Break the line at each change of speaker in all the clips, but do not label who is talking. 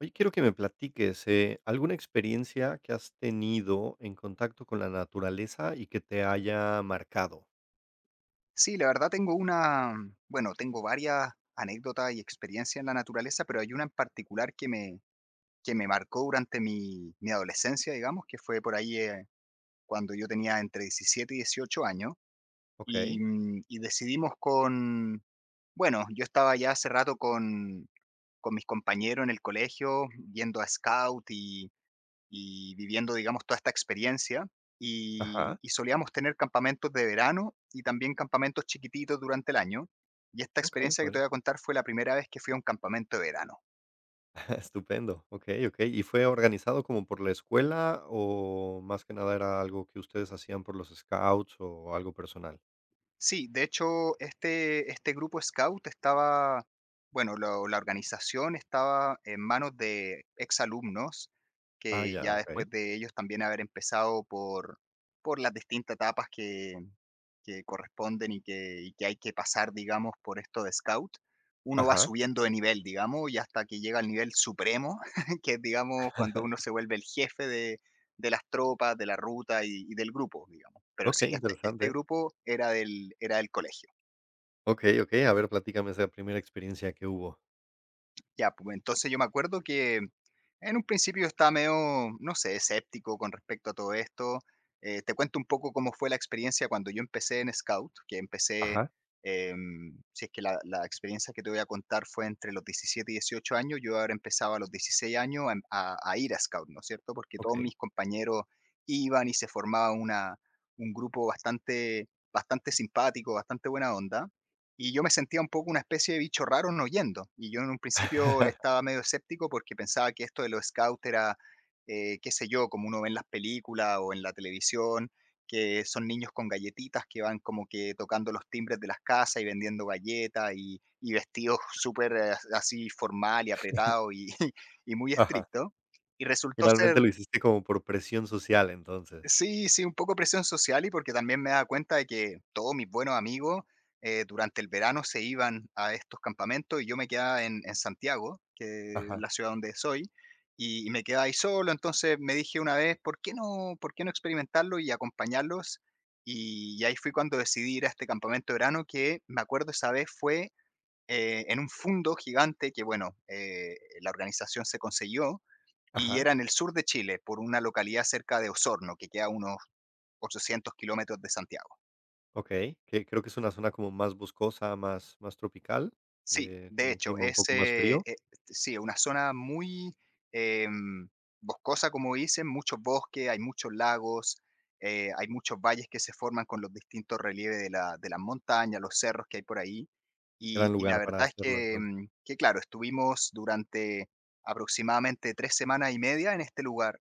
Oye, quiero que me platiques, ¿alguna experiencia que has tenido en contacto con la naturaleza y que te haya marcado?
Sí, la verdad bueno, tengo varias anécdotas y experiencias en la naturaleza, pero hay una en particular que me marcó durante mi adolescencia, digamos, que fue por ahí cuando yo tenía entre 17 y 18 años, y,
Okey.
mm, y decidimos bueno, yo estaba ya hace rato con mis compañeros en el colegio, yendo a Scout y viviendo, digamos, toda esta experiencia. Y,
Ajá.
y solíamos tener campamentos de verano y también campamentos chiquititos durante el año. Y esta
Okey,
experiencia que te
padri.
voy a contar fue la primera vez que fui a un campamento de verano.
Estupendo. Okey, okey, ¿y fue organizado como por la escuela o más que nada era algo que ustedes hacían por los scouts o algo personal?
Sí, de hecho, este grupo scout estaba, bueno, la organización estaba en manos de exalumnos,
Ah,
que
ya,
ya
okey.
después de ellos también haber empezado por las distintas etapas que corresponden y que hay que pasar, digamos, por esto de scout, uno va
Ajá.
subiendo de nivel, digamos, y hasta que llega al nivel supremo, que es, digamos, cuando uno se vuelve el jefe de las tropas, de la ruta y del grupo, digamos. Pero
Okey,
sí, este
interesante.
grupo era del colegio.
Okey, okey, a ver, platícame esa primera experiencia que hubo.
Ya, pues entonces yo me acuerdo que en un principio estaba medio, no sé, escéptico con respecto a todo esto. Te cuento un poco cómo fue la experiencia cuando yo empecé en Scout,
Ajá.
si es que la experiencia que te voy a contar fue entre los 17 y 18 años, yo ahora empezaba a los 16 años a ir a Scout, ¿no es cierto? Porque todos
Okey.
mis compañeros iban y se formaba un grupo bastante, bastante simpático, bastante buena onda. Y yo me sentía un poco una especie de bicho raro no yendo. Y yo en un principio estaba medio escéptico porque pensaba que esto de los scouts era, qué sé yo, como uno ve en las películas o en la televisión, que son niños con galletitas que van como que tocando los timbres de las casas y vendiendo galletas y vestidos súper así formal y apretado y, y muy
Ajá.
estricto. Y resultó ser.
Finalmente lo hiciste como por presión social, entonces.
Sí, sí, un poco presión social y porque también me daba cuenta de que todos mis buenos amigos durante el verano se iban a estos campamentos y yo me quedaba en Santiago, que es
Ajá.
la ciudad donde soy, y me quedaba ahí solo. Entonces me dije una vez, por qué no experimentarlo y acompañarlos? Y ahí fui cuando decidí ir a este campamento de verano, que me acuerdo esa vez fue en un fondo gigante que, bueno, la organización se consiguió y
Ajá,
era en el sur de Chile, por una localidad cerca de Osorno, que queda a unos 800 kilómetros de Santiago.
okey, que creo que es una zona como más boscosa, más tropical,
Sí, de
con un
hecho,
clima un poco más frío.
sí, una zona muy em, boscosa, como dicen, muchos bosques, hay muchos lagos, hay muchos valles que se forman con los distintos relieves de de las montañas, los cerros que hay por ahí. Y,
Gran
y la
lugar para
verdad es
hacerlo
que,
entonces.
que, claro, estuvimos durante aproximadamente 3 semanas y media en este lugar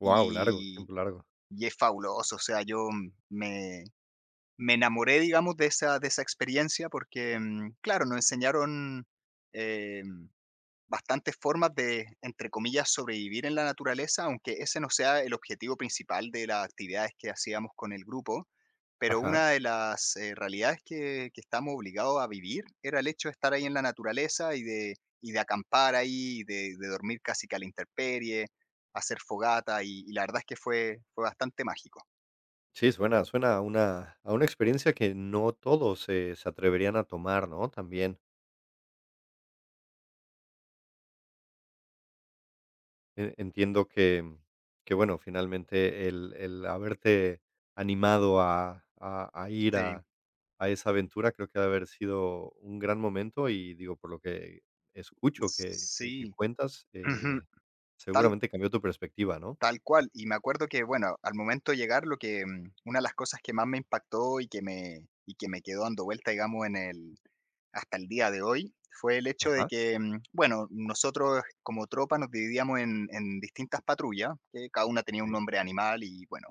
Wow, largo,
y,
tiempo largo.
y es fabuloso, o sea, yo me enamoré, digamos, de esa experiencia porque, claro, nos enseñaron, em, bastantes formas de, entre comillas, "sobrevivir en la naturaleza", aunque ese no sea el objetivo principal de las actividades que hacíamos con el grupo. Pero
Ajá.
una de las, realidades que estamos obligados a vivir era el hecho de estar ahí en la naturaleza y de acampar ahí, y de dormir casi que a la intemperie, hacer fogata, y la verdad es que fue bastante mágico.
Sí, suena a una experiencia que no todos se atreverían a tomar, ¿no? También. Entiendo que, bueno, finalmente el haberte animado a a ir
Sí,
a esa aventura, creo que ha de haber sido un gran momento y, digo, por lo que escucho que que
sí.
cuentas,
Tal
seguramente cambió tu perspectiva, ¿no?
tal cual. Y me acuerdo que, bueno, al momento de llegar, lo que, una de las cosas que más me impactó y que me quedó dando vuelta, digamos, en el hasta el día de hoy, fue el hecho de
Ajá,
que, bueno, nosotros como tropa nos dividíamos en distintas patrullas, que cada una tenía un
ok,
nombre animal y, bueno,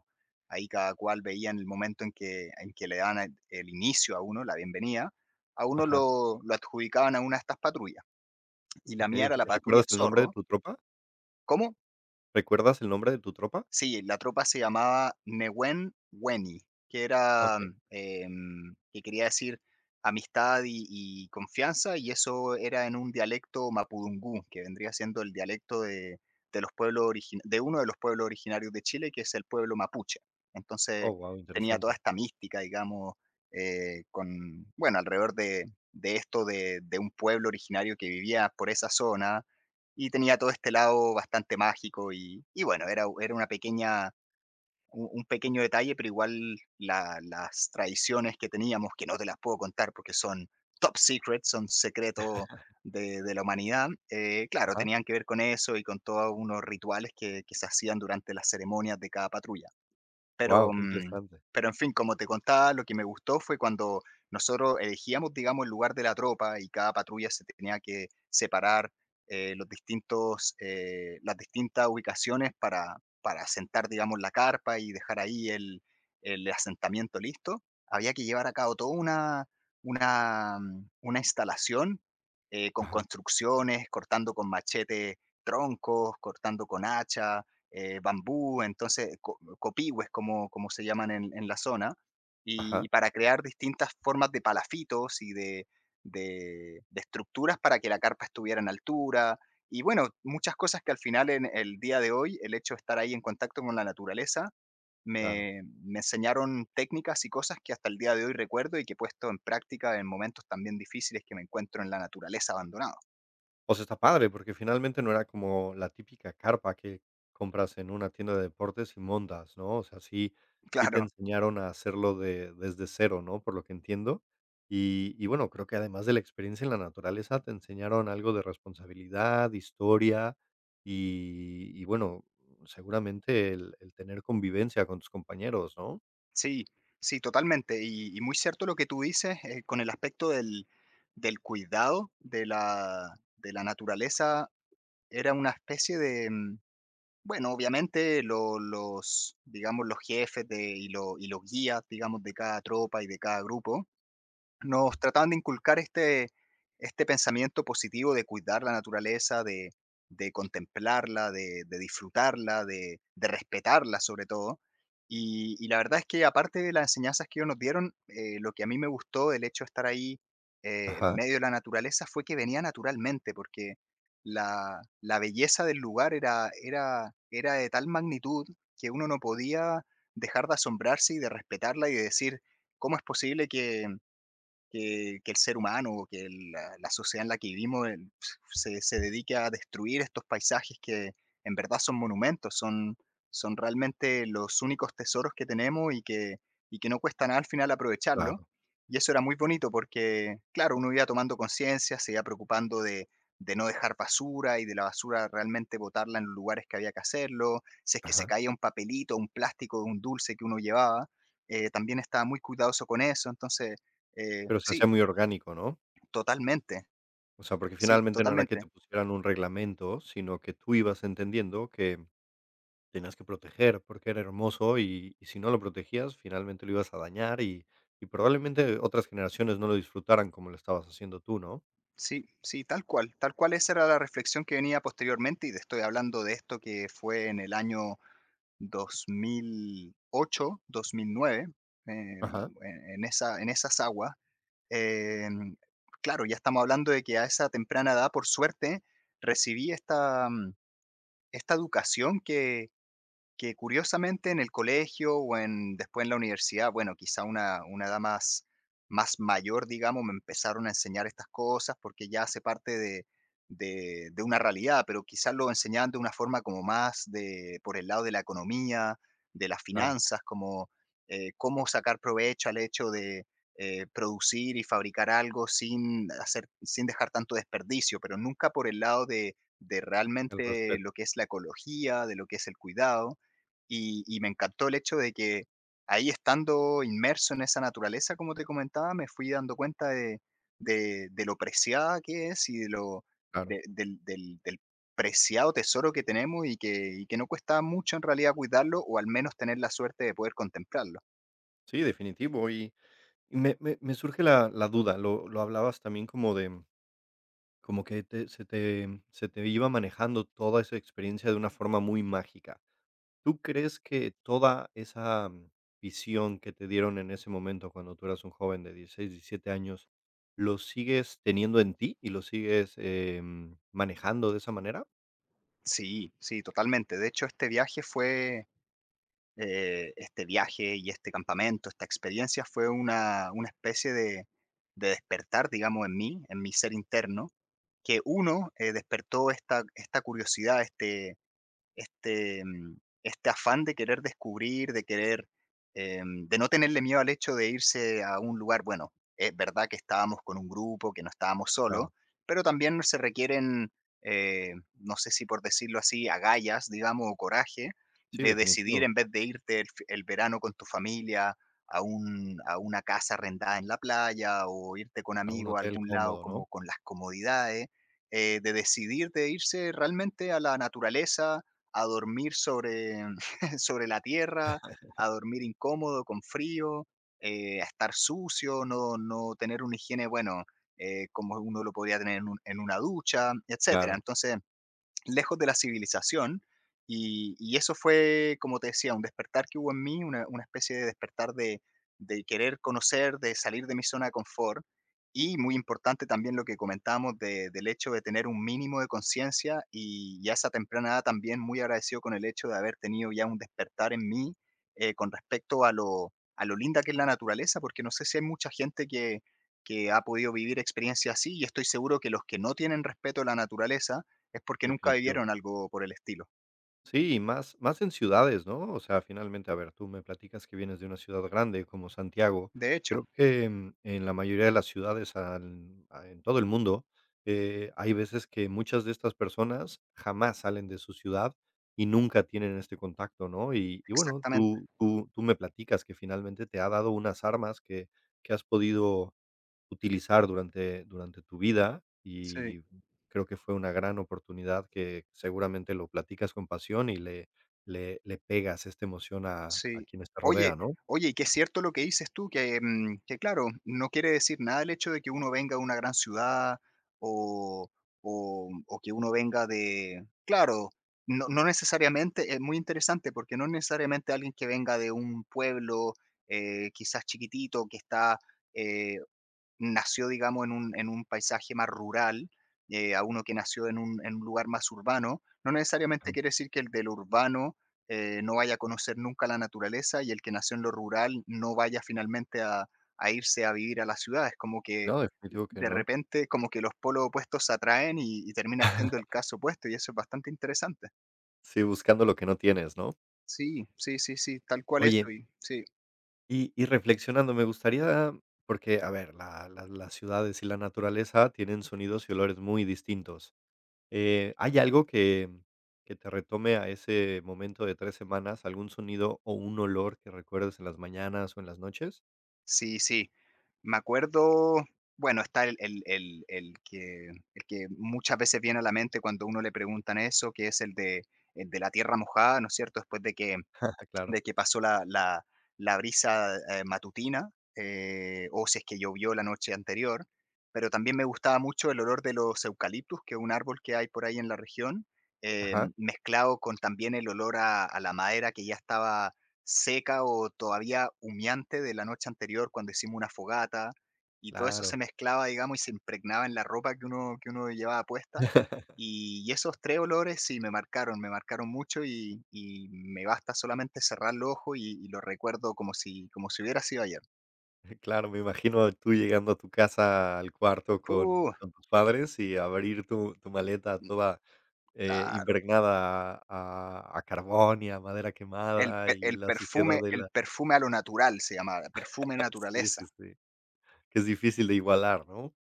ahí cada cual veía en el momento en que le daban el inicio a uno, la bienvenida, a uno
ajá,
lo adjudicaban a una de estas patrullas, y la
okey,
mía era
okey.
la patrulla
¿Recuerdas el nombre de
Zorro.
tu tropa?
¿Cómo?
¿Recuerdas el nombre de tu tropa?
Sí, la tropa se llamaba Newen Weni, que
Ah,
era,
okey.
que quería decir amistad y confianza, y eso era en un dialecto mapudungún, que vendría siendo el dialecto de los pueblos de uno de los pueblos originarios de Chile, que es el pueblo mapuche. Entonces
Oh, wow,
tenía toda
interesante.
esta mística, digamos, bueno, alrededor de, esto de un pueblo originario que vivía por esa zona, y tenía todo este lado bastante mágico y bueno, era un pequeño detalle, pero igual las tradiciones que teníamos, que no te las puedo contar porque son top secret, son secreto de la humanidad, claro,
Ajá.
tenían que ver con eso y con todos unos rituales que se hacían durante las ceremonias de cada patrulla. Pero,
Guau, qué
mm,
interesante.
pero en fin, como te contaba, lo que me gustó fue cuando nosotros elegíamos, digamos, el lugar de la tropa y cada patrulla se tenía que separar las distintas ubicaciones para asentar, digamos, la carpa y dejar ahí el asentamiento listo. Había que llevar a cabo toda una instalación con
Ajá,
construcciones, cortando con machete troncos, cortando con hacha, bambú, entonces copihues como, como se llaman en la zona, y
ajá,
para crear distintas formas de palafitos y de estructuras para que la carpa estuviera en altura, y bueno, muchas cosas que al final en el día de hoy, el hecho de estar ahí en contacto con la naturaleza,
claro.
me enseñaron técnicas y cosas que hasta el día de hoy recuerdo y que he puesto en práctica en momentos también difíciles que me encuentro en la naturaleza abandonado.
O sea, está padre, porque finalmente no era como la típica carpa que compras en una tienda de deportes y montas, ¿no? O sea, sí, sí te
Claro.
enseñaron a hacerlo de, desde cero, ¿no? Por lo que entiendo. Y bueno, creo que además de la experiencia en la naturaleza, te enseñaron algo de responsabilidad, historia y bueno, seguramente el tener convivencia con tus compañeros, ¿no?
Sí, sí, totalmente. Y muy cierto lo que tú dices con el aspecto del cuidado de la naturaleza. Era una especie de, bueno, obviamente digamos, los jefes y los guías, digamos, de cada tropa y de cada grupo nos trataban de inculcar este pensamiento positivo de cuidar la naturaleza, de contemplarla, de disfrutarla, de respetarla, sobre todo. Y la verdad es que, aparte de las enseñanzas que ellos nos dieron, lo que a mí me gustó del hecho de estar ahí, en
Ajá,
medio de la naturaleza, fue que venía naturalmente, porque la belleza del lugar era de tal magnitud que uno no podía dejar de asombrarse y de respetarla y de decir: "¿Cómo es posible que el ser humano, que la sociedad en la que vivimos se dedique a destruir estos paisajes que en verdad son monumentos, son realmente los únicos tesoros que tenemos y que no cuesta nada al final aprovecharlo?"
claro,
Y eso era muy bonito porque, claro, uno iba tomando conciencia, se iba preocupando de no dejar basura y de la basura realmente botarla en los lugares que había que hacerlo, si es que se
ajá.
caía un papelito, un plástico, un dulce que uno llevaba, también estaba muy cuidadoso con eso, entonces
Pero se
sí,
hacía muy orgánico, ¿no?
totalmente,
O sea, porque
sí,
finalmente no era que
totalmente.
te pusieran un reglamento, sino que tú ibas entendiendo que tenías que proteger, porque era hermoso y si no lo protegías, finalmente lo ibas a dañar y probablemente otras generaciones no lo disfrutaran como lo estabas haciendo tú, ¿no?
Sí, sí, tal cual esa era la reflexión que venía posteriormente y te estoy hablando de esto que fue en el año 2008, 2009, eh,
Ajá,
en en esas aguas. Em, claro, ya estamos hablando de que a esa temprana edad, por suerte, recibí esta educación que curiosamente en el colegio o en después en la universidad, bueno, quizá una edad más mayor, digamos, me empezaron a enseñar estas cosas porque ya hace parte de una realidad, pero quizás lo enseñaban de una forma como más de por el lado de la economía, de las
claro.
finanzas, como, cómo sacar provecho al hecho de, producir y fabricar algo sin dejar tanto desperdicio, pero nunca por el lado de
El
realmente
respeto,
lo que es la ecología, de lo que es el cuidado. Y me encantó el hecho de que ahí estando inmerso en esa naturaleza, como te comentaba, me fui dando cuenta de lo preciada que es y de lo
claro.
de del del del preciado tesoro que tenemos y que no cuesta mucho en realidad cuidarlo o al menos tener la suerte de poder contemplarlo.
Sí, definitivo. Y me, me surge la, la duda, lo hablabas también como de, como que se te iba manejando toda esa experiencia de una forma muy mágica. ¿Tú crees que toda esa visión que te dieron en ese momento, cuando tú eras un joven de 16, 17 años, lo sigues teniendo en ti y lo sigues, manejando de esa manera?
Sí, sí, totalmente. De hecho, este viaje fue, este viaje y este campamento, esta experiencia fue una especie de despertar, digamos, en mí, en mi ser interno. Que uno despertó esta curiosidad, este, mm, este afán de querer descubrir, de querer, de no tenerle miedo al hecho de irse a un lugar. Bueno, es verdad que estábamos con un grupo, que no estábamos solos,
Claro.
pero también se requieren, no sé si por decirlo así, agallas, digamos, o coraje
Sí,
de decidir
definitivo.
en vez de irte el verano con tu familia a, a una casa arrendada en la playa o irte con
¿A un
amigos a
hotel
algún lado
cómodo,
como
no?
con las comodidades, de decidir de irse realmente a la naturaleza, a dormir sobre, sobre la tierra, a dormir incómodo, con frío, a estar sucio, no, no tener una higiene, bueno, como uno lo podría tener en, en una ducha, etcétera.
Claro,
Entonces, lejos de la civilización. Y eso fue, como te decía, un despertar que hubo en mí, una especie de despertar de querer conocer, de salir de mi zona de confort. Y muy importante también lo que comentábamos del hecho de tener un mínimo de conciencia y, ya a esa temprana edad también muy agradecido con el hecho de haber tenido ya un despertar en mí con respecto a a lo linda que es la naturaleza, porque no sé si hay mucha gente que ha podido vivir experiencias así y estoy seguro que los que no tienen respeto a la naturaleza es porque nunca
definitivo.
vivieron algo por el estilo.
Sí, y más en ciudades, ¿no? O sea, finalmente, a ver, tú me platicas que vienes de una ciudad grande como Santiago.
De hecho,
Creo que, en la mayoría de las ciudades al a en todo el mundo, hay veces que muchas de estas personas jamás salen de su ciudad y nunca tienen este contacto, ¿no? Y bueno,
exactamente.
tú me platicas que finalmente te ha dado unas armas que has podido utilizar durante tu vida,
Sí,
y creo que fue una gran oportunidad que seguramente lo platicas con pasión y le le pegas esta emoción a
sí.
quienes te
Oye,
rodean, ¿no?
oye, y que es cierto lo que dices tú, que, que claro, no quiere decir nada el hecho de que uno venga de una gran ciudad o o que uno venga de claro, no necesariamente es muy interesante, porque no necesariamente alguien que venga de un pueblo, quizás chiquitito, que está, eh nació, digamos, en un paisaje más rural, a uno que nació en un lugar más urbano, no necesariamente
Ajá.
quiere decir que el de lo urbano no vaya a conocer nunca la naturaleza y el que nació en lo rural no vaya finalmente a irse a vivir a la ciudad. Es como que
No, definitivo que
de
no.
repente, como que los polos opuestos se atraen y termina siendo el caso opuesto y eso es bastante interesante.
Sí, buscando lo que no tienes, ¿no?
Sí, sí, sí, sí, tal cual
Oye,
eso. Y, sí.
y reflexionando, me gustaría porque, a ver, la las ciudades y la naturaleza tienen sonidos y olores muy distintos. ¿Hay algo que te retome a ese momento de 3 semanas? ¿Algún sonido o un olor que recuerdes en las mañanas o en las noches?
Sí, sí. Me acuerdo, bueno, está el que el que muchas veces viene a la mente cuando uno le preguntan eso, que es el de la tierra mojada, ¿no es cierto? Después
Claro.
de que pasó la brisa matutina, o si es que llovió la noche anterior, pero también me gustaba mucho el olor de los eucaliptus, que es un árbol que hay por ahí en la región,
Ajá,
mezclado con también el olor a la madera que ya estaba seca o todavía humeante de la noche anterior cuando hicimos una fogata, y todo eso se
claro,
mezclaba, digamos, y se impregnaba en la ropa que uno llevaba puesta y esos 3 olores sí me marcaron mucho y me basta solamente cerrar los ojos y lo recuerdo como si hubiera sido ayer.
claro, me imagino tú llegando a tu casa, al cuarto
Uh,
con tus padres y abrir tu tu maleta
mm,
toda,
claro,
impregnada a carbón y a madera quemada y la suciedad de
el
la.
perfume a lo natural se llamaba, perfume
Sí,
naturaleza,
sí, sí, que es difícil de igualar, ¿no?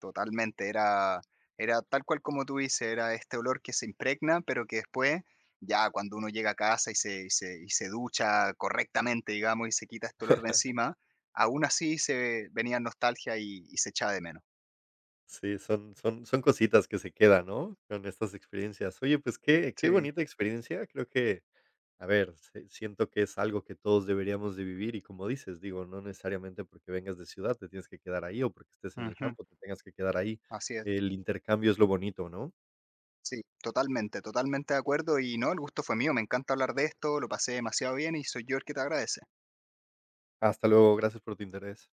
totalmente, era era tal cual como tú dices, era este olor que se impregna, pero que después, ya cuando uno llega a casa y se ducha correctamente, digamos, y se quita este olor de encima, aún así se venía nostalgia y se echaba de menos.
Sí, son cositas que se quedan, ¿no?, con estas experiencias. Oye, pues qué qué
Sí.
bonita experiencia. Creo que, a ver, se siento que es algo que todos deberíamos de vivir y como dices, digo, no necesariamente porque vengas de ciudad te tienes que quedar ahí o porque estés en el
Ujú,
campo te tengas que quedar ahí.
así es.
El intercambio es lo bonito, ¿no?
Sí, totalmente, totalmente de acuerdo. Y no, el gusto fue mío. Me encanta hablar de esto, lo pasé demasiado bien y soy yo el que te agradece.
Hasta luego, gracias por tu interés.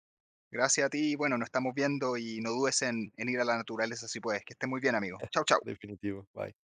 Gracias a ti, bueno, nos estamos viendo y no dudes en ir a la naturaleza si puedes. Que esté muy bien, amigo. Chau, chau.
Definitivo, bye.